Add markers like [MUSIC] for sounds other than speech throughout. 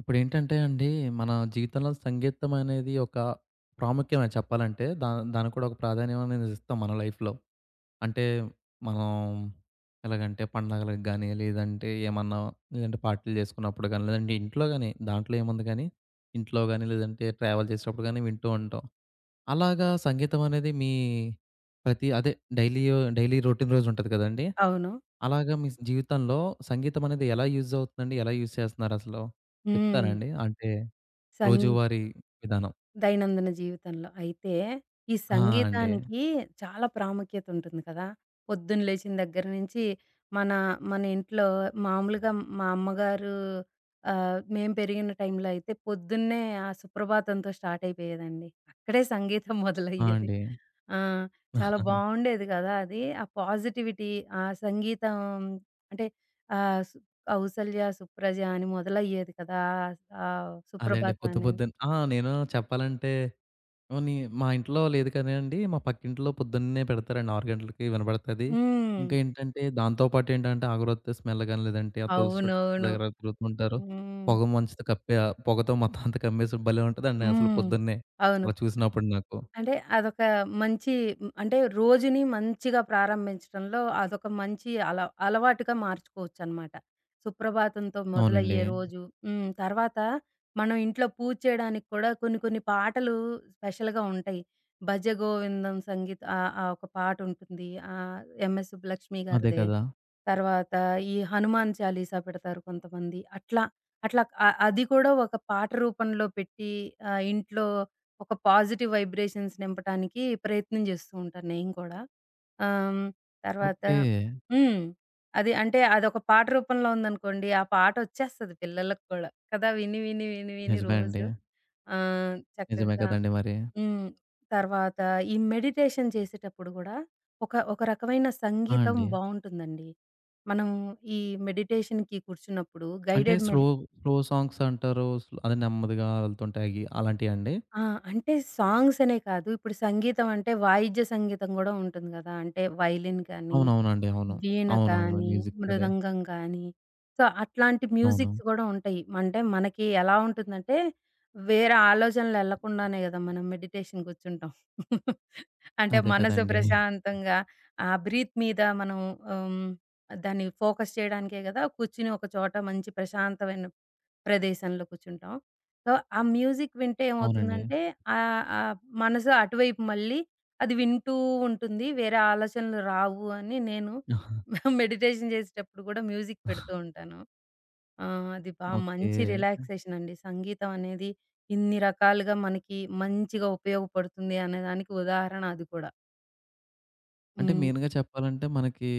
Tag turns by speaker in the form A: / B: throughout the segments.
A: ఇప్పుడేంటంటే అండి, మన జీవితంలో సంగీతం అనేది ఒక ప్రాముఖ్యమే చెప్పాలంటే. దానికి కూడా ఒక ప్రాధాన్యం అనేది ఇస్తాం మన లైఫ్‌లో. అంటే మనం ఎలాగంటే పండగలకి గానీ, లేదంటే ఏమన్నా లేదంటే పార్టీలు చేసుకున్నప్పుడు గానీ, లేదంటే ఇంట్లో గానీ దాంట్లో ఏముంది కానీ, ఇంట్లో గానీ, లేదంటే ట్రావెల్ చేసేటప్పుడు గానీ వింటూ ఉంటాం. అలాగా సంగీతం అనేది మీ ప్రతి అదే డైలీ డైలీ రొటీన్ రోజు ఉంటది కదండీ!
B: అవును.
A: అలాగా మీ జీవితంలో సంగీతం అనేది ఎలా యూజ్ అవుతుందండి? ఎలా యూజ్ చేస్తున్నారసలు? చెప్తారా
B: హ్మ్.
A: అండి? అంటే
B: సంగీ,
A: రోజువారీ విధానం.
B: దైనందిన జీవితంలో. అయితే ఈ
A: ఆ! అండి.
B: సంగీతానికి చాలా ప్రాముఖ్యత ఉంటుంది కదా! పొద్దున్న లేచిన దగ్గర నుంచి మన మన ఇంట్లో మామూలుగా మా అమ్మగారు మేము పెరిగిన టైంలో అయితే పొద్దున్నే ఆ సుప్రభాతంతో స్టార్ట్ అయిపోయేదండి. అక్కడే సంగీతం
A: ఆ!
B: మొదలయ్యేది.
A: అండి.
B: ఆ! చాలా
A: ఆహా!
B: బావుండేది కదా! అది. ఆ పాజిటివిటీ ఆ సంగీతం అంటే ఆహ్, సు కౌసల్య, సుప్రజ అని మొదలయ్యేది కదా! ఆ ఆ
A: అదే అండి.
B: సుప్రభాతం
A: పొద్దు
B: అనేది.
A: పొద్దున్న ఆ! నేను చెప్పాలంటే పోనీ మా ఇంట్లో లేదు కానీ అండి, మా పక్కింట్లో పొద్దున్నే పెడతారండి 6 గంటలకి వినబడతది.
B: హ్మ్.
A: ఇంకా ఏంటంటే దాంతో పాటు ఏంటంటే అగరొత్తి స్మెల్ గాని, లేదంటే ఆ తులసి చెట్టు
B: అవునవును.
A: దగ్గర తిరుగుతుంటారు.
B: హ్మ్.
A: పొగ మంచుతో కప్పే పొగతో మొత్తం అంతా కమ్మేసి భలే ఉంటదండి అసలు
B: హ్మ్.
A: పొద్దున్నే.
B: అవును.
A: అలా చూసినప్పుడు నాకు.
B: అంటే అదొక మంచి హ్మ్, అంటే రోజుని మంచిగా ప్రారంభించడంలో అదొక మంచి అలవాటుగా మార్చుకోవచ్చనమాట. సుప్రభాతంతో
A: అవునండి.
B: మొదలయ్యే రోజు. హ్మ్. తర్వాత మనం ఇంట్లో పూజ చేయడానికి కూడా కొన్ని కొన్ని పాటలు స్పెషల్‌గా ఉంటాయి. 'భజ గోవిందం సంగీత్' ఆ ఆ ఒక పాటుంటుంది. ఎంఎస్ సుబ్బలక్ష్మి
A: అదే
B: గారిదే.
A: కదా!
B: తర్వాత ఈ హనుమాన్ చాలీసా పెడతారు కొంతమంది. అట్లా అట్లా అ అది కూడా ఒక పాట రూపంలో పెట్టి ఇంట్లో ఒక పాజిటివ్ వైబ్రేషన్స్ నింపటానికి ప్రయత్నం జేస్తూ ఉంటాను నేను కూడా. ఆహ్, తర్వాత
A: ఓకే.
B: హ్మ్. అది అంటే అదొక పాట రూపంలో ఉందనుకోండి, ఆ పాటొచ్చేస్తది పిల్లలకి కూడా. కదా! విని, విని, విని, విని
A: నిజమే అండి.
B: రోజు. ఆ!
A: నిజమే
B: చక్కగా.
A: కదండీ మరి.
B: హ్మ్. తర్వాత ఈ మెడిటేషన్ చేసేటప్పుడు గూడా ఒక రకమైన
A: ఆ!
B: సంగీతం
A: అండి.
B: బావుంటుందండి. మనం ఈ మెడిటేషన్‌కి కూర్చున్నప్పుడు
A: అంటే
B: గైడెడ్
A: స్లో,
B: మెడి
A: స్లో సాంగ్స్ అంటారు. స్ల్ అదే నెమ్మదిగా వెళ్తుంటాయి అలాంటియా అండి?
B: ఆ! అంటే సాంగ్స్ అనే కాదు. ఇప్పుడు సంగీతం అంటే వాయిద్య సంగీతం గూడా ఉంటుంది గదా! అంటే వైలిన్ కానీ,
A: అవునవునండి. అవును.
B: వీణ
A: అవునవును.
B: కానీ,
A: మ్యూజిక్ అదే.
B: మృదంగం కానీ, సో, అట్లాంటి
A: అవును.
B: మ్యూజిక్స్ గూడా ఉంటాయి. అంటే మనకి ఎలా ఉంటుందంటే వేరే ఆలోచనలు ఎళ్ళకుండానే గదా! మనం మెడిటేషన్ కూర్చుంటాం. అంటే
A: అదే
B: మనసు
A: కదండీ.
B: ప్రశాంతంగా ఆ బ్రీత్ మీద మనం ఆహ్, దాన్ని ఫోకస్ చేయడానికే గదా! కూర్చుని ఒక చోట మంచి ప్రశాంతమైన ప్రదేశంలో కూర్చుంటాం. సో, ఆ మ్యూజిక్ వింటే
A: అవునండి.
B: ఏమవుతుందంటే ఆహ్, ఆహ్, మనసు అటువైపు మళ్ళీ అది వింటూ ఉంటుంది. వేరే ఆలోచనలు రావు అని నేను [LAUGHS] మెడిటేషన్ చేసేటప్పుడు గూడా మ్యూజిక్ పెడుతూ
A: [LAUGHS]
B: ఉంటాను. ఆ! అది బా
A: ఓకే.
B: మంచి రిలాక్సేషన్ అండి. సంగీతం అనేది ఇన్ని రకాలుగా మనకి మంచిగా ఉపయోగపడుతుంది అనేదానికి ఉదాహరణ అది కూడా.
A: అంటే
B: హ్మ్.
A: మెయిన్‌గా చెప్పాలంటే మనకి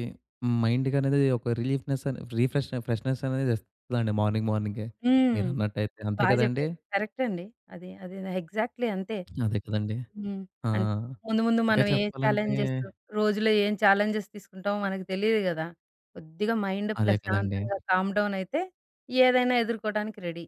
A: మైండ్‌కనేది ఒక రిలీఫ్‌నెస్ అనే రిఫ్రెష్ ఫ్రెష్‌నెస్ అనేది ఇస్తదండి మార్నింగ్ మార్నింగే.
B: హ్మ్.
A: మీరన్నట్టయితే. అంతే
B: బా
A: కదండీ!
B: జెప్పారు. కరెక్ట్ అండి. అది. అది ఎగ్జాక్ట్‌లీ అంతే.
A: అదే కదండీ!
B: హ్మ్.
A: ఆ!
B: అన్ ముందు ముందు
A: ఇంకా
B: మనం ఏ
A: చెప్పాలంటే
B: ఛాలెంజెస్ రోజులో ఏం ఛాలెంజెస్ తీసుకుంటామో మనకు తెలీదు గదా! కొద్దిగా మైండ్
A: అదే కదండీ!
B: ప్రశాంతంగా కామ్ డౌన్ అయితే ఏదైనా ఎదుర్కోవడానికి రెడీ.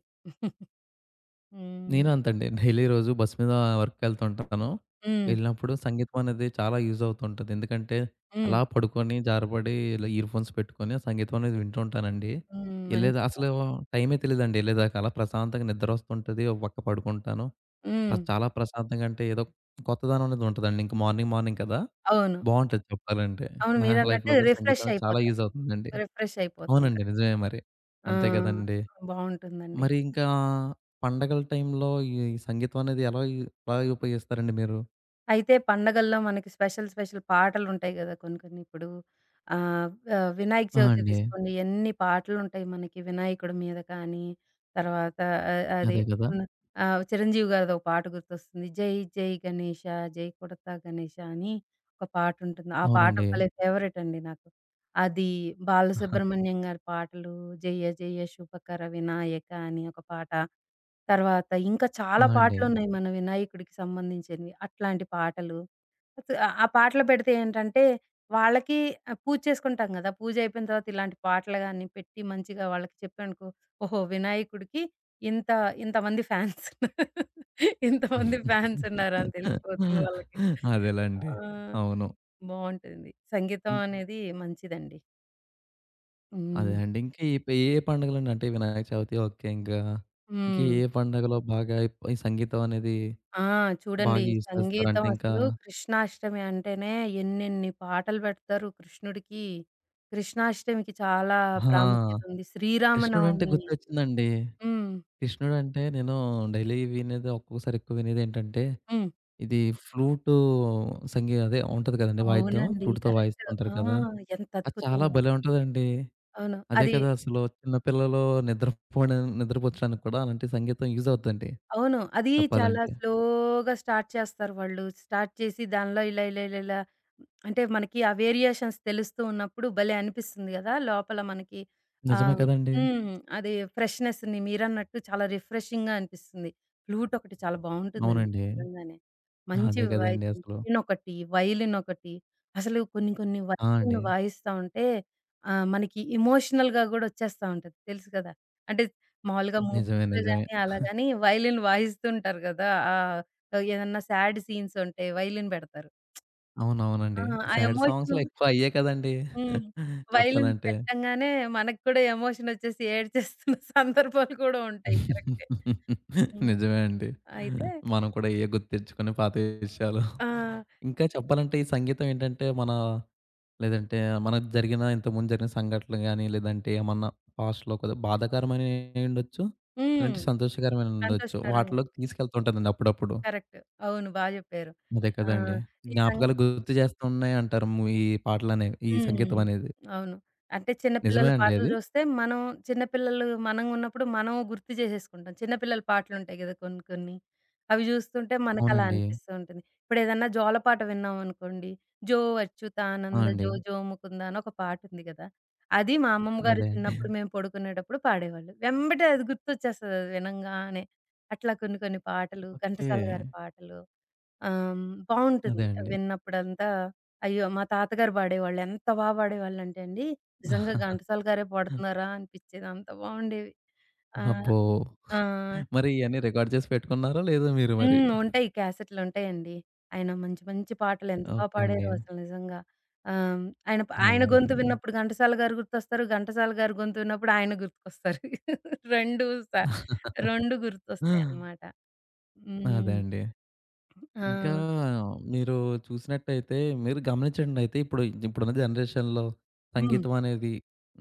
B: హ్మ్.
A: నేను అంతండి. డైలీ రోజు బస్ మీద వర్క్‌కెళ్తుంటాను.
B: హ్మ్.
A: వెళ్ళినప్పుడు సంగీతం అనేది చాలా యూజ్ అవుతుంటది. ఎందుకంటే,
B: హ్మ్.
A: అలా పడుకొని, జారపడి ఇలా ఇయర్ ఫోన్స్ పెట్టుకొని ఆ సంగీతం అనేది వింటూ ఉంటానండి.
B: హ్మ్.
A: ఎళ్ళేదా
B: మంచి
A: అసలు
B: అలవాటు.
A: టైమే తెలీదండి ఎళ్ళేదాకా. అలా ప్రశాంతంగా నిద్రొస్తుంటది. ఒక పక్క పడుకుంటాను.
B: హ్మ్.
A: చాలా ప్రశాంతంగా అంటే ఏదో కొత్తదనం అనేది ఉంటదండి. ఇంక మార్నింగ్, మార్నింగ్ కదా!
B: అవును.
A: బావుంటది చెప్పాలంటే.
B: అవును.
A: నా
B: మీరన్నట్టు
A: లైఫ్‌లో కూడా సంగీతం
B: రిఫ్రెష్
A: అనేది చాలా
B: అయిపోతాం.
A: యూజ్ అవుతుందండి.
B: రిఫ్రెష్ అయిపోతాం.
A: అవునండి. నిజమే మరి.
B: ఆ!
A: అంతే కదండీ!
B: బావుంటుందండి.
A: మరి ఇంకా పండగల టైంలో ఈ సంగీతం అనేది ఎలా ఎలా ఉపయోగిస్తారండి మీరు?
B: అయితే పండగల్లో మనకి స్పెషల్, స్పెషల్ పాటలుంటాయి గదా! కొన్ని కొన్ని ఇప్పుడు ఆహ్, ఆహ్, వినాయక
A: ఆ!
B: చవితి
A: అండి.
B: తీసుకోండి ఎన్ని పాటలుంటాయి మనకి వినాయకుడి మీద కానీ, తర్వాత అది
A: అదే కదా!
B: హ్మ్. చిరంజీవి గారిదో ఒక పాట గుర్తొస్తుంది. 'జై జై గణేష జై కొడతా గణేష' అని ఒక పాటుంటుంది. ఆ పాట
A: అవునండి.
B: భలే ఫేవరెట్ అండి నాకు. అది, బాలసుబ్రహ్మణ్యం గారి పాటలు 'జయ జయ శుభకర వినాయక' అని ఒక పాట. తర్వాత ఇంకా చాలా
A: ఆ!
B: ఓకే.
A: అండి.
B: పాటలున్నాయి మన వినాయకుడికి సంబంధించినవి. అట్లాంటి పాటలు. అస- ఆ ఆ పాటలు పెడితే ఏంటంటే, వాళ్ళకి పూజ చేసుకుంటాం గదా! పూజయిపోయిన తర్వాత ఇలాంటి పాటలు గాని పెట్టి మంచిగా వాళ్ళకి చెప్పానుకో, ఓహో! వినాయకుడికి ఇంత ఇంతమంది ఫ్యాన్స్ [LAUGHS] ఇంతమంది ఫ్యాన్స్ ఉన్నారని తెలిసిపోతుంది వాళ్ళకి.
A: అదేలెండి.
B: ఆ!
A: అవును.
B: బావుంటుంది. సంగీతం
A: ఇం
B: అనేది మంచిదండి.
A: అదే
B: హ్మ్.
A: అండి. ఇంకా ఏ పే ఏ పండుగలండి? అంటే వినాయక చవితి ఓకే. ఇంకా ఇంకా
B: హ్మ్.
A: ఏ పండుగలో బాగా ఈ సంగీతం అనేది
B: ఆ! చూడండి,
A: బాగా యూజ్ చేస్తారు?
B: సంగీతం
A: అంటే ఇంకా
B: అసలు కృష్ణాష్టమి అంటేనే ఎన్నెన్ని పాటలు పెడతారు కృష్ణుడికి. కృష్ణాష్టమికి చాలా
A: ఆ!
B: ప్రాముఖ్యత ఉంది.
A: కృష్ణుడంటే
B: శ్రీరామనవమి.
A: గుర్తొచ్చిందండి.
B: హ్మ్.
A: కృష్ణుడంటే నేను డైలీ వినేది ఒక్కొక్కసారి ఎక్కువ వినేదేంటంటే
B: హ్మ్.
A: ఇది ఫ్లూటు సంగీ అదే ఉంటది కదండీ వాయిద్యం.
B: అవునండి.
A: ఫ్లూట్‌తో
B: కరెక్ట్.
A: వాయిస్తుంటారు
B: ఆ!
A: కదా!
B: ఎంత
A: అది చాలా
B: అద్భుతంగా.
A: భలే ఉంటదండి.
B: అవును.
A: అదే
B: అది.
A: కదా! అసలు చిన్న పిల్లలు నిద్రపోని నిద్రపుచ్చడానికి కూడా అలాంటి సంగీతం యూజ్ అవుద్దండి
B: అవును. అది చాలా
A: చెప్పాలంటే.
B: స్లోగా స్టార్ట్ చేస్తారు వాళ్ళు. స్టార్ట్ చేసి దానిలో ఇలా ఇలా ఇలా ఇలా అంటే మనకి ఆ వేరియేషన్స్ తెలుస్తూ ఉన్నప్పుడు భలే అనిపిస్తుంది గదా! లోపల మనకి
A: నిజమే
B: ఆహ్,
A: కదండీ!
B: హ్మ్. అది ఫ్రెష్‌నెస్‌ని మీరన్నట్టు చాలా రిఫ్రెషింగ్‌గా అనిపిస్తుంది. ఫ్లూట్ ఒకటి చాలా బావుంటుందండి
A: అవునండి.
B: నిజంగానే. మంచి
A: అదే
B: వాయిస్.
A: కదండీ అసలు.
B: పియానొకటి, వయలినొకటి అసలు కొన్ని కొన్ని
A: ఆ!
B: వయలిన్
A: అండి.
B: వాయిస్తా ఉంటే మనకి ఎమోషనల్‌గా గూడా ఒచ్చేస్తా ఉంటది తెలుసు గదా! అంటే మామూలుగా
A: నిజమే.
B: మూవీస్‌లో
A: నిజమే.
B: గాని అలా గాని వయలిన్ వాయిస్తుంటారు గదా! ఏదన్నా సాడ్ సీన్స్ ఉంటే వయలిన్ బెడతారు. ఆ!
A: అవునవునండి.
B: ఆ
A: సాడ్ సాంగ్స్‌లో ఎక్కువ అయ్యే కదండీ!
B: హ్మ్. వైలిన్
A: చెప్పాలంటే.
B: పెట్టంగానే మనకు కూడా ఎమోషనొచ్చేసి ఏడ్చేస్తున్న [LAUGHS] సందర్భాలు కూడా ఉంటాయి. కరెక్టే. హ్మ్.
A: నిజమే అండి.
B: అయితే.
A: మనం కూడా ఏయో గుర్తు తెచ్చుకొని పాత విషయాలు.
B: ఆ!
A: ఇంకా చెప్పాలంటే ఈ సంగీతం ఏంటంటే మన లేదంటే మనకు జరిగిన ఇంతకుముందు జరిగిన సంఘటనలు గాని, లేదంటే ఏమన్నా పాస్ట్‌లో కొద్దిగా బాధాకరమైనయి ఉండొచ్చు.
B: హ్మ్.
A: లేదంటే సంతోషకరమైనవి ఉండొచ్చు.
B: సంతోషకరంగా.
A: వాటిలోకి తీసుకెళ్తూ ఉంటదండి అప్పుడప్పుడు.
B: కరెక్ట్. అవును. బా జెప్పారు.
A: అదే
B: ఆ!
A: కదండీ!
B: ఈ సం
A: జ్ఞాపకాలు గుర్తు చేస్తున్నాయి అంటారు ము ఈ పాటలనేవి. ఈ
B: హ్మ్.
A: సంగీతం అనేది.
B: అవును. అంటే చిన్న పిల్లల
A: నిజమే అండి
B: పాటలు
A: అది?
B: చూస్తే మనం చిన్న పిల్లలు మనం ఉన్నప్పుడు మనం గుర్తు చేసేసుకుంటాం. చిన్న పిల్లల పాటలుంటాయి కదా కొన్ని కొన్ని. అవి చూస్తుంటే మనకలా
A: అవునండి.
B: అనిపిస్తూ ఉంటుంది. ఇప్పుడేదన్నా జోలపాట విన్నామనుకోండి. 'జో
A: ఆ!
B: అచ్యుతానంద
A: అండి.
B: జో జో ముకుంద' అని ఒక పాటుంది కదా! అది మా అమ్మమ్మ గారు
A: అదే అండి.
B: చిన్నప్పుడు మేము పడుకునేటప్పుడు పాడేవాళ్ళు. వెంబటే అది గుర్తొచ్చేస్తది అది వినంగానే. అట్లా కొన్ని కొన్ని పాటలు
A: ఓకే.
B: ఘంటసాల గారి పాటలు. ఆహ్, బావుంటుంది.
A: అదే అండి.
B: విన్నప్పుడంతా అయ్యో! మా తాతగారు పాడేవాళ్ళు. ఎంత బా పాడేవాళ్ళంటే అండి, నిజంగా
A: [LAUGHS]
B: ఘంటసాల గారే పాడుతున్నారా అనిపిచ్చేది. అంత బావుండేవి. ఓహ్!
A: అబ్బో!
B: ఆ!
A: మరి ఇయన్నీ రికార్డ్ చేసి పెట్టుకున్నారా లేదా మీరు మరి?
B: హ్మ్. ఉంటాయి. క్యాసెట్‌లుంటాయండి. ఆయన మంచి మంచి పాటలు ఎంత బా
A: ఓకే
B: పాడారో
A: అండి.
B: అసలు నిజంగా. ఆహ్, ఆయన ఆయన
A: అదే
B: గొంతు
A: కదండీ.
B: విన్నప్పుడు ఘంటసాల గారు గుర్తొస్తారు. ఘంటసాల గారి గొంతు విన్నప్పుడు ఆయన గుర్తుకొస్తారు. [LAUGHS] 2 స 2 గుర్తొస్తాయన్నమాట.
A: అదే
B: హ్మ్.
A: అండి.
B: ఆ!
A: ఇంకా మీరు చూసినట్టయితే మీరు గమనించండి అయితే ఇప్పుడు ఇప్పుడున్న జనరేషన్‌లో
B: హ్మ్.
A: సంగీతం అనేది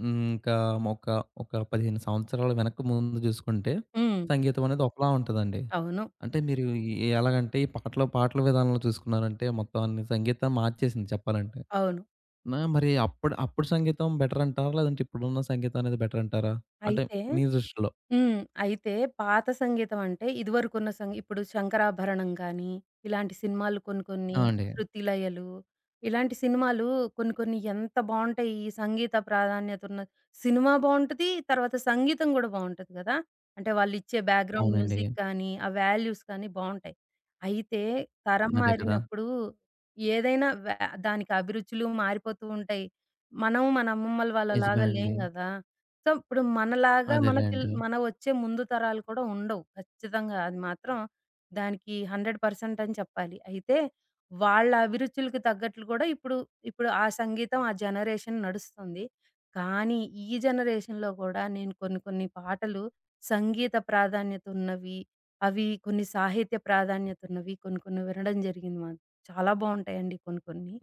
A: ఇంకా ఒక ఒక 15 సంవత్సరాల వెనక్కు ముందు చూసుకుంటే
B: హ్మ్.
A: సంగీతం అనేది ఒకలా ఉంటదండి.
B: అవును.
A: అంటే మీరు ఎలాగంటే ఈ పాటలు, పాటల విధానంలో చూసుకున్నారంటే మొత్తం అన్ని సంగీతాన్ని మార్చేసింది చెప్పాలంటే.
B: అవును.
A: నా మరి అప్పుడు సంగీతం బెటరంటారా? లేదంటే ఇప్పుడున్న సంగీతం అనేది బెటరంటారా? అంటే
B: అయితే.
A: మీ దృష్టిలో.
B: హ్మ్. అయితే పాత సంగీతం అంటే ఇదివరకున్న సంగీ ఇప్పుడు 'శంకరాభరణం' గానీ, ఇలాంటి సినిమాలు కొన్ని కొన్ని,
A: ఆ! అండి.
B: 'శృతిలయలు' ఇలాంటి సినిమాలు కొన్ని కొన్ని ఎంత బావుంటాయి. ఈ సంగీత ప్రాధాన్యతున్న సినిమా బావుంటది. తర్వాత సంగీతం గూడా బావుంటది గదా! అంటే వాళ్ళిచ్చే బ్యాక్‌గ్రౌండ్
A: అవునండి.
B: మ్యూజిక్ కానీ, ఆ వాల్యూస్ కానీ బావుంటాయి. అయితే తరం
A: అదే కదా!
B: మారినప్పుడు ఏదైనా దానికి అభిరుచులు మారిపోతూ ఉంటాయి. మనం మన అమ్మమ్మల వాళ్ళలాగా
A: నిజమే
B: లేం
A: అండి.
B: గదా! సో, ఇప్పుడు మనలాగా హ్మ్.
A: అదేలేండి.
B: మన వచ్చే ముందు తరాలు కూడా ఉండవు. ఖచ్చితంగా అది మాత్రం దానికి 100% అని చెప్పాలి. అయితే వాళ్ళ అభిరుచులకు తగ్గట్లు కూడా ఇప్పుడు ఆ సంగీతం ఆ జనరేషన్ నడుస్తుంది. కానీ ఈ జనరేషన్‌లో కూడా నేను కొన్ని కొన్ని పాటలు సంగీత ప్రాధాన్యత ఉన్నవి, అవి కొన్ని సాహిత్య ప్రాధాన్యత ఉన్నవి కొన్ని కొన్ని వినడం జరిగింది మాకు. చాలా బావుంటాయండి కొన్ని కొన్ని.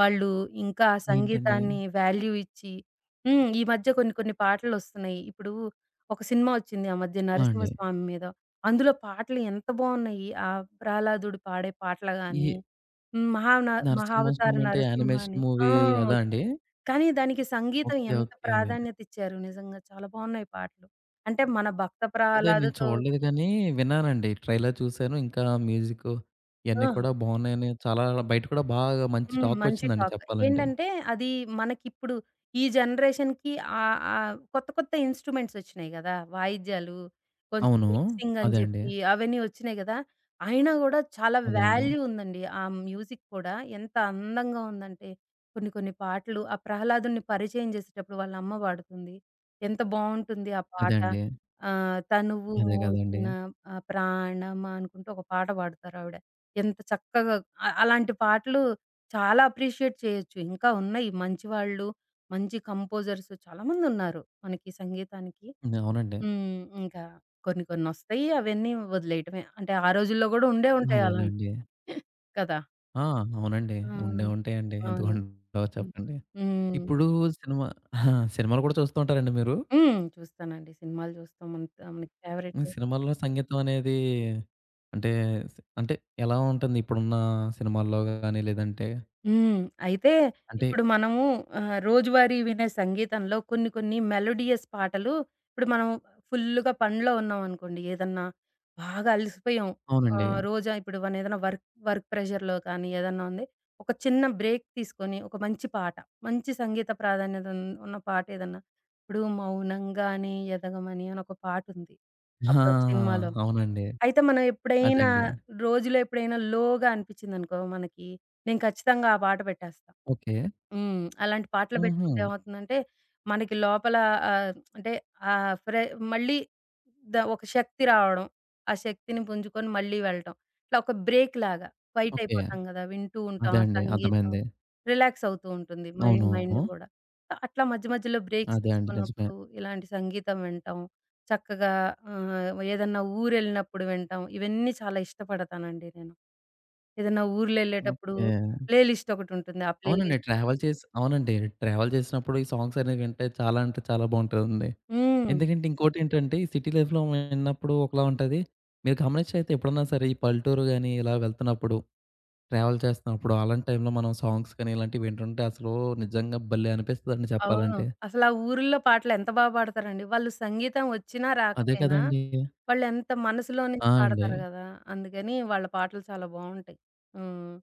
B: వాళ్ళు ఇంకా హ్మ్.
A: ఏంటండి?
B: సంగీతాన్ని వాల్యూ ఇచ్చి హ్మ్. ఈ మధ్య కొన్ని కొన్ని పాటలొస్తున్నాయి. ఇప్పుడు ఒక సినిమా ఒచ్చింది ఆ మధ్య
A: ఆ! అండి.
B: 'నరసింహస్వామి' మీద. అందులో పాటలు ఎంత బావున్నాయి. ఆ ప్రహ్లాదుడు పాడే పాటలు
A: ఈ
B: గాని, హ్మ్. మహాన 'మహావతార
A: 'నరసింహస్వామి' అంటే
B: నరసింహ'
A: యానిమేషన్
B: అని. ఆ!
A: మూవీ అదా అండి?
B: ఒచ్చింది. కానీ దానికి సంగీతం
A: ఓకే.
B: ఎంత
A: ఓకే.
B: ప్రాధాన్యత ఇచ్చారు నిజంగా. చాలా బావున్నాయి పాటలు. అంటే మన భక్త
A: అదే నేను
B: ప్రహ్లాద్‌తో.
A: చూడలేదు కానీ విన్నానండి. ట్రైలర్ చూసాను. ఇంకా మ్యూజిక్కు
B: ఆ!
A: ఇయన్నీ కూడా బావున్నాయని చాలా బయట కూడా బాగా మంచి
B: హ్మ్. మంచి
A: టాకొచ్చిందండి
B: టాక్.
A: చెప్పాలంటే.
B: ఏంటంటే అది మనకిప్పుడు ఈ జనరేషన్‌కి ఆహ్, ఆహ్, కొత్త కొత్త ఇన్‌స్ట్రుమెంట్స్ ఒచ్చినాయి గదా! వాయిద్యాలు, కొంచెం
A: అవును.
B: మిక్సింగ్ అని
A: అదే అండి.
B: జెప్పి అవన్నీ ఒచ్చినాయి గదా! అయినా గూడా చాలా
A: అదే అండి.
B: వాల్యూ ఉందండి. ఆ మ్యూజిక్ కూడా ఎంత అందంగా ఉందంటే కొన్ని కొన్ని పాటలు ఆ 'ప్రహ్లాదుడిని' పరిచయం చేసేటప్పుడు వాళ్ళ అమ్మ పాడుతుంది. ఎంత బావుంటుంది ఆ
A: అదే
B: పాట.
A: అండి.
B: 'తనువు
A: అదే కదండీ!
B: మోసిన ప్రాణమా' అనుకుంటూ ఒక పాట పాడుతారావిడ. ఎంత చక్కగా అలాంటి పాటలు చాలా అప్రిషియేట్ చేయొచ్చు. ఇంకా ఉన్నాయి మంచి వాళ్ళు, మంచి కంపోజర్స్ చాలామందున్నారు మనకి సంగీతానికి.
A: హ్మ్. అవునండి.
B: హ్మ్. ఇంకా కొన్ని కొన్నొస్తాయి అవన్నీ వదిలేయటమే. అంటే ఆ రోజుల్లో గూడా ఉండే ఉంటాయి అలాంటివి.
A: అదేలెండి.
B: కదా!
A: ఆ! అవునండి.
B: ఆ!
A: ఉండే ఉంటాయండి. ఎందుకు
B: అవును.
A: ఉండవు
B: హ్మ్.
A: చెప్పండి.
B: హ్మ్.
A: ఇప్పుడు సినిమా ఆ! సినిమాలు కూడా చూస్తూ ఉంటారండి మీరు?
B: హ్మ్. చూస్తానండి. సినిమాలు చూస్తాం. అంత మనకి ఫేవరెట్.
A: హ్మ్. సినిమాల్లో సంగీతం అనేది అంటే స్ అంటే ఎలా ఉంటుంది? ఇప్పుడున్న సినిమాల్లో గాని లేదంటే
B: హ్మ్. అయితే
A: అంటే
B: ఇప్పుడు మనము రోజువారీ వినే సంగీతంలో కొన్ని కొన్ని మెలోడియస్ పాటలు ఇప్పుడు మనం ఫుల్లుగా పనిలో ఉన్నామనుకోండి ఏదన్నా బాగా అలసిపోయాం.
A: అవునండి.
B: ఆహ్, రోజా ఇప్పుడు మన ఏదైనా వర్క్ వర్క్ ప్రెషర్‌లో కానీ ఏదన్నా ఉంది. ఒక చిన్న బ్రేక్ తీసుకొని ఒక మంచి పాట, మంచి సంగీత ప్రాధాన్యత ఉన్న పాట ఏదన్నా, ఇప్పుడు 'మౌనంగానే ఎదగమని' అని ఒక పాటుంది.
A: ఆ!
B: అప్పుడొక సినిమాలో.
A: అవునండి.
B: అయితే మనం
A: అదే
B: ఎప్పుడైనా
A: అండి.
B: రోజులో ఎప్పుడైనా లోగా అనిపిచ్చిందనుకో మనకి, నేను ఖచ్చితంగా ఆ పాట పెట్టేస్తా.
A: ఓకే.
B: హ్మ్. అలాంటి పాటలు
A: హుహు.
B: పెట్టుకుంటే ఏమవుతుందంటే, మనకి లోపల ఆహ్, అంటే ఆహ్, ఫ్రె మళ్ళీ ద ఒక శక్తి రావడం. ఆ శక్తిని పుంజుకొని మళ్ళీ వెళ్ళటం. ఇట్లా ఒక బ్రేక్ లాగా క్వైట్
A: ఓకే.
B: అయిపోతాం గదా! వింటూ ఉంటాం
A: అదే
B: ఆ
A: అండి.
B: సంగీతం.
A: అర్థమైంది.
B: రిలాక్స్ అవుతూ ఉంటుంది మైండ్
A: అవును.
B: మైండ్ గూడా. అట్లా మధ్య మధ్యలో బ్రేక్స్
A: అదే అండి. నిజమే.
B: తీసుకున్నప్పుడు ఇలాంటి సంగీతం వినటం చక్కగా. ఏదన్నా ఊరెళ్ళినప్పుడు వింటాం. ఇవన్నీ చాలా ఇష్టపడతానండి నేను. ఏదన్నా ఊర్లెళ్ళేటప్పుడు
A: ఓకే.
B: ప్లే లిస్ట్ ఒకటుంటుంది. ఆ ప్లే
A: అవునండి.
B: లిస్ట్.
A: ట్రావెల్ చేసి అవునండి. ట్రావెల్ చేసినప్పుడు ఈ సాంగ్స్ అనేవి వింటే చాలా అంటే చాలా బావుంటదండి.
B: హ్మ్.
A: ఎందుకంటే ఇంకోటేంటంటే ఈ సిటీ లైఫ్‌లో విన్నప్పుడు ఒకలా ఉంటది. మీరు గమనించైతే ఎప్పుడన్నా సరే ఈ పల్లెటూరు గాని ఇలా వెళ్తున్నప్పుడు, ట్రావెల్ చేస్తున్నప్పుడు అలాంటి టైంలో మనం సాంగ్స్ కానీ ఇలాంటివి వింటుంటే అసలు నిజంగా భలే అనిపిస్తదండి
B: అవును.
A: చెప్పాలంటే.
B: అసలా ఊరుల్లో పాటలు ఎంత బా పాడతారండి. వాళ్ళు సంగీతం వచ్చినా
A: అదే
B: రాకపోయినా,
A: కదండీ!
B: వాళ్ళెంత మనసులో నుంచి
A: ఆ! అండి.
B: పాడతారు గదా! అందుకని వాళ్ళ పాటలు చాలా బావుంటాయి. హ్మ్.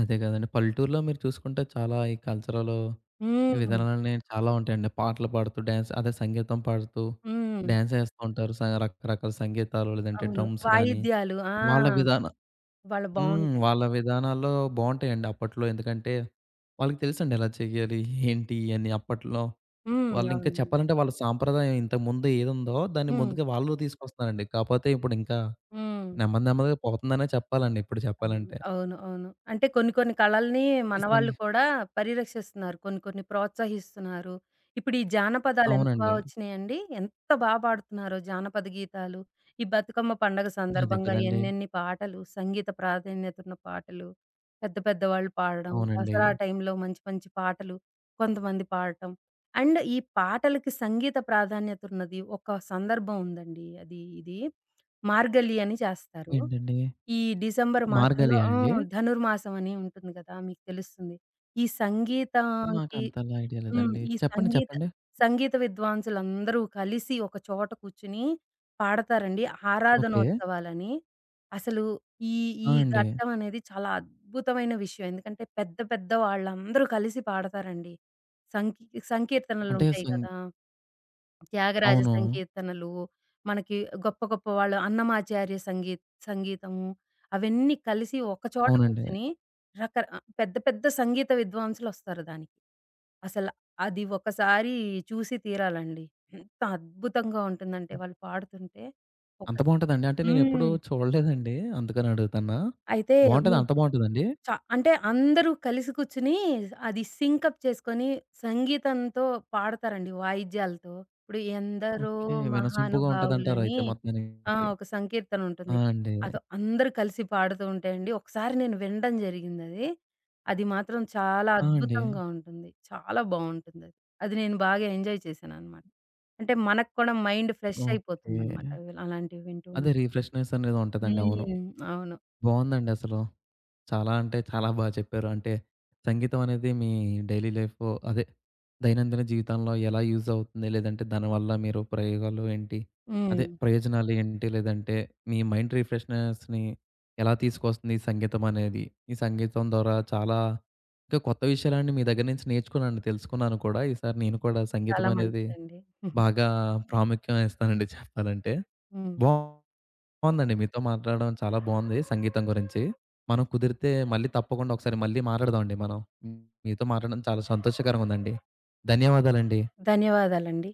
A: అదే కదండీ. పల్లెటూరులో మీరు చూసుకుంటే చాలా ఈ కల్చరల్
B: హ్మ్.
A: విధానాలనే చాలా ఉంటాయండి. పాటలు పాడుతూ డాన్స్ అదే సంగీతం పాడుతూ
B: హ్మ్.
A: డాన్స్ ఏస్తూ ఉంటారు. స రకరకాల సంగీతాలు లేదంటే
B: అవును.
A: డ్రమ్స్ గానీ,
B: వాయిద్యాలు. ఆ!
A: వాళ్ళ విధానం
B: వాళ్ళు
A: హ్మ్.
B: బావుంటాయి.
A: వాళ్ళ విధానాల్లో బావుంటాయండి అప్పట్లో. ఎందుకంటే వాళ్ళకి తెలుసండి ఎలా చేయాలి, ఏంటి అని అప్పట్లో.
B: హ్మ్.
A: వాళ్ళింకా
B: అవును.
A: చెప్పాలంటే వాళ్ళ సాంప్రదాయం ఇంతకుముందు ఏదుందో దాన్ని
B: హ్మ్.
A: ముందుగా వాళ్ళు తీసుకొస్తున్నారండి. కాపోతే ఇప్పుడింకా
B: హ్మ్.
A: నెమ్మదిగా పోతుందనే చెప్పాలండి ఇప్పుడు
B: అవును.
A: చెప్పాలంటే.
B: అవును. అవును. అంటే కొన్ని కొన్ని కళల్ని
A: ఈ
B: మనవాళ్ళు
A: సంగీ
B: కూడా పరిరక్షిస్తున్నారు. కొన్ని కొన్ని ప్రోత్సహిస్తున్నారు. ఇప్పుడు ఈ జానపదాలు ఎంత బా
A: అవునండి.
B: వచ్చినాయండి. ఎంత బా పాడుతున్నారో జానపద గీతాలు. ఈ బతుకమ్మ పండగ
A: అదే
B: సందర్భంగా
A: కదండీ!
B: ఎన్నెన్ని పాటలు, సంగీత ప్రాధాన్యత ఉన్న పాటలు, పెద్ద పెద్ద వాళ్ళు పాడడం,
A: అవునండి.
B: దసరా టైంలో మంచి మంచి పాటలు కొంతమంది పాడటం. అండ్ ఈ పాటలకి సంగీత ప్రాధాన్యత ఉన్నది ఒక సందర్భం ఉందండి. అది ఇది మార్గలి అని చేస్తారు.
A: ఏంటండి?
B: ఈ డిసెంబర్ మాసంలో.
A: 'మార్గలియా'
B: ఆ!
A: అండి?
B: ధనుర్మాసం అని ఉంటుంది గదా! మీకు తెలుస్తుంది. ఈ సంగీతానికి
A: నాకంతలా ఐడియా
B: హ్మ్.
A: లేదండి.
B: ఈ
A: చెప్పండి.
B: సంగీత
A: చెప్పండి.
B: సంగీత విద్వాంసులందరూ కలిసి ఒక చోట కూర్చొని పాడతారండి.
A: ఓకే.
B: ఆరాధనోత్సవాలని. అసలు ఈ ఈ
A: ఆ! అండి.
B: ఘట్టం అనేది చాలా అద్భుతమైన విషయం. ఎందుకంటే పెద్ద పెద్ద వాళ్ళందరూ కలిసి పాడతారండి. సంకీ
A: అంటే
B: సంకీర్తనలుంటాయి
A: సింగ్
B: కదా! త్యాగరాజ
A: అవును.
B: సంకీర్తనలు, మనకి గొప్ప గొప్ప వాళ్ళు అన్నమాచార్య సంగీతము అవన్నీ కలిసి ఒక చోట
A: అవునండి.
B: కూర్చొని పెద్ద పెద్ద సంగీత విద్వాంసులొస్తారు దానికి. అసల అది ఒకసారి చూసి తీరాలండి. ఎంత అద్భుతంగా ఉంటుందంటే వాళ్ళు పాడుతుంటే ఒక
A: అంత బావుంటదండి? అంటే నేనెప్పుడూ
B: హ్మ్.
A: చూడలేదండి. అందుకని అడుగుతన్నా.
B: అయితే మీ
A: బావుంటదా? అంత బావుంటదండి?
B: చ అంటే అందరూ కలిసి కూర్చొని అది సింకప్ చేసుకొని సంగీతంతో పాడతారండి వాయిద్యాలతో. ఇప్పుడు ఎందరో
A: ఓకే. వినసొంపుగా ఉంటదంటారు
B: మహానుభావులని.
A: అయితే
B: ఆ!
A: మొత్తానికి.
B: ఒక సంకీర్తన
A: ఆ!
B: ఉంటుంది.
A: అండి.
B: అదో అందరూ కలిసి పాడుతూ ఉంటాయండి. ఒకసారి నేను వినడం జరిగిందది. అది అది మాత్రం చాలా
A: ఆ! అండి.
B: అద్భుతంగా ఉంటుంది. చాలా బావుంటుందది. అది అది నేను బాగా ఎంజాయ్ చేశాననమాట. అంటే మనకు కూడా మైండ్ ఫ్రెష్
A: ఓకే.
B: అయిపోతుందనమాట. అవి అలాంటివి వింటూ.
A: అదే రిఫ్రెష్‌నెస్ అనేది ఉంటదండి. అవును.
B: హ్మ్. అవును.
A: బావుందండి అసలు. చాలా అంటే చాలా బాగా చెప్పారు. అంటే సంగీతం అనేది మీ డైలీ లైఫ్ అదే దైనందిన జీవితంలో ఎలా యూజ్ అవుతుంది? లేదంటే దానివల్ల మీరు ప్రయోగాలు ఏంటి?
B: హ్మ్.
A: అదే ప్రయోజనాలు ఏంటి? లేదంటే మీ మైండ్ రిఫ్రెష్‌నెస్‌ని ఎలా తీసుకొస్తుంది ఈ సంగీతం అనేది? ఈ సంగీతం ద్వారా చాలా ఇంకా కొత్త విషయాలన్నీ మీ దగ్గర నుంచి నేర్చుకున్నాను, తెలుసుకున్నాను కూడా. ఈసారి నేను కూడా సంగీతం
B: చాలా
A: అనేది
B: మంచిదండి. [LAUGHS]
A: బాగా ప్రాముఖ్యం ఇస్తానండి చెప్పాలంటే.
B: హ్మ్.
A: బావుం బావుందండి. మీతో మాట్లాడడం చాలా బావుంది సంగీతం గురించి. మనం కుదిరితే మళ్ళీ తప్పకుండా ఒకసారి మళ్ళీ మాట్లాడదామండి మనం. మీతో మాట్లాడడం చాలా సంతోషకరంగా ఉందండి. ధన్యవాదాలండి.
B: ధన్యవాదాలండి.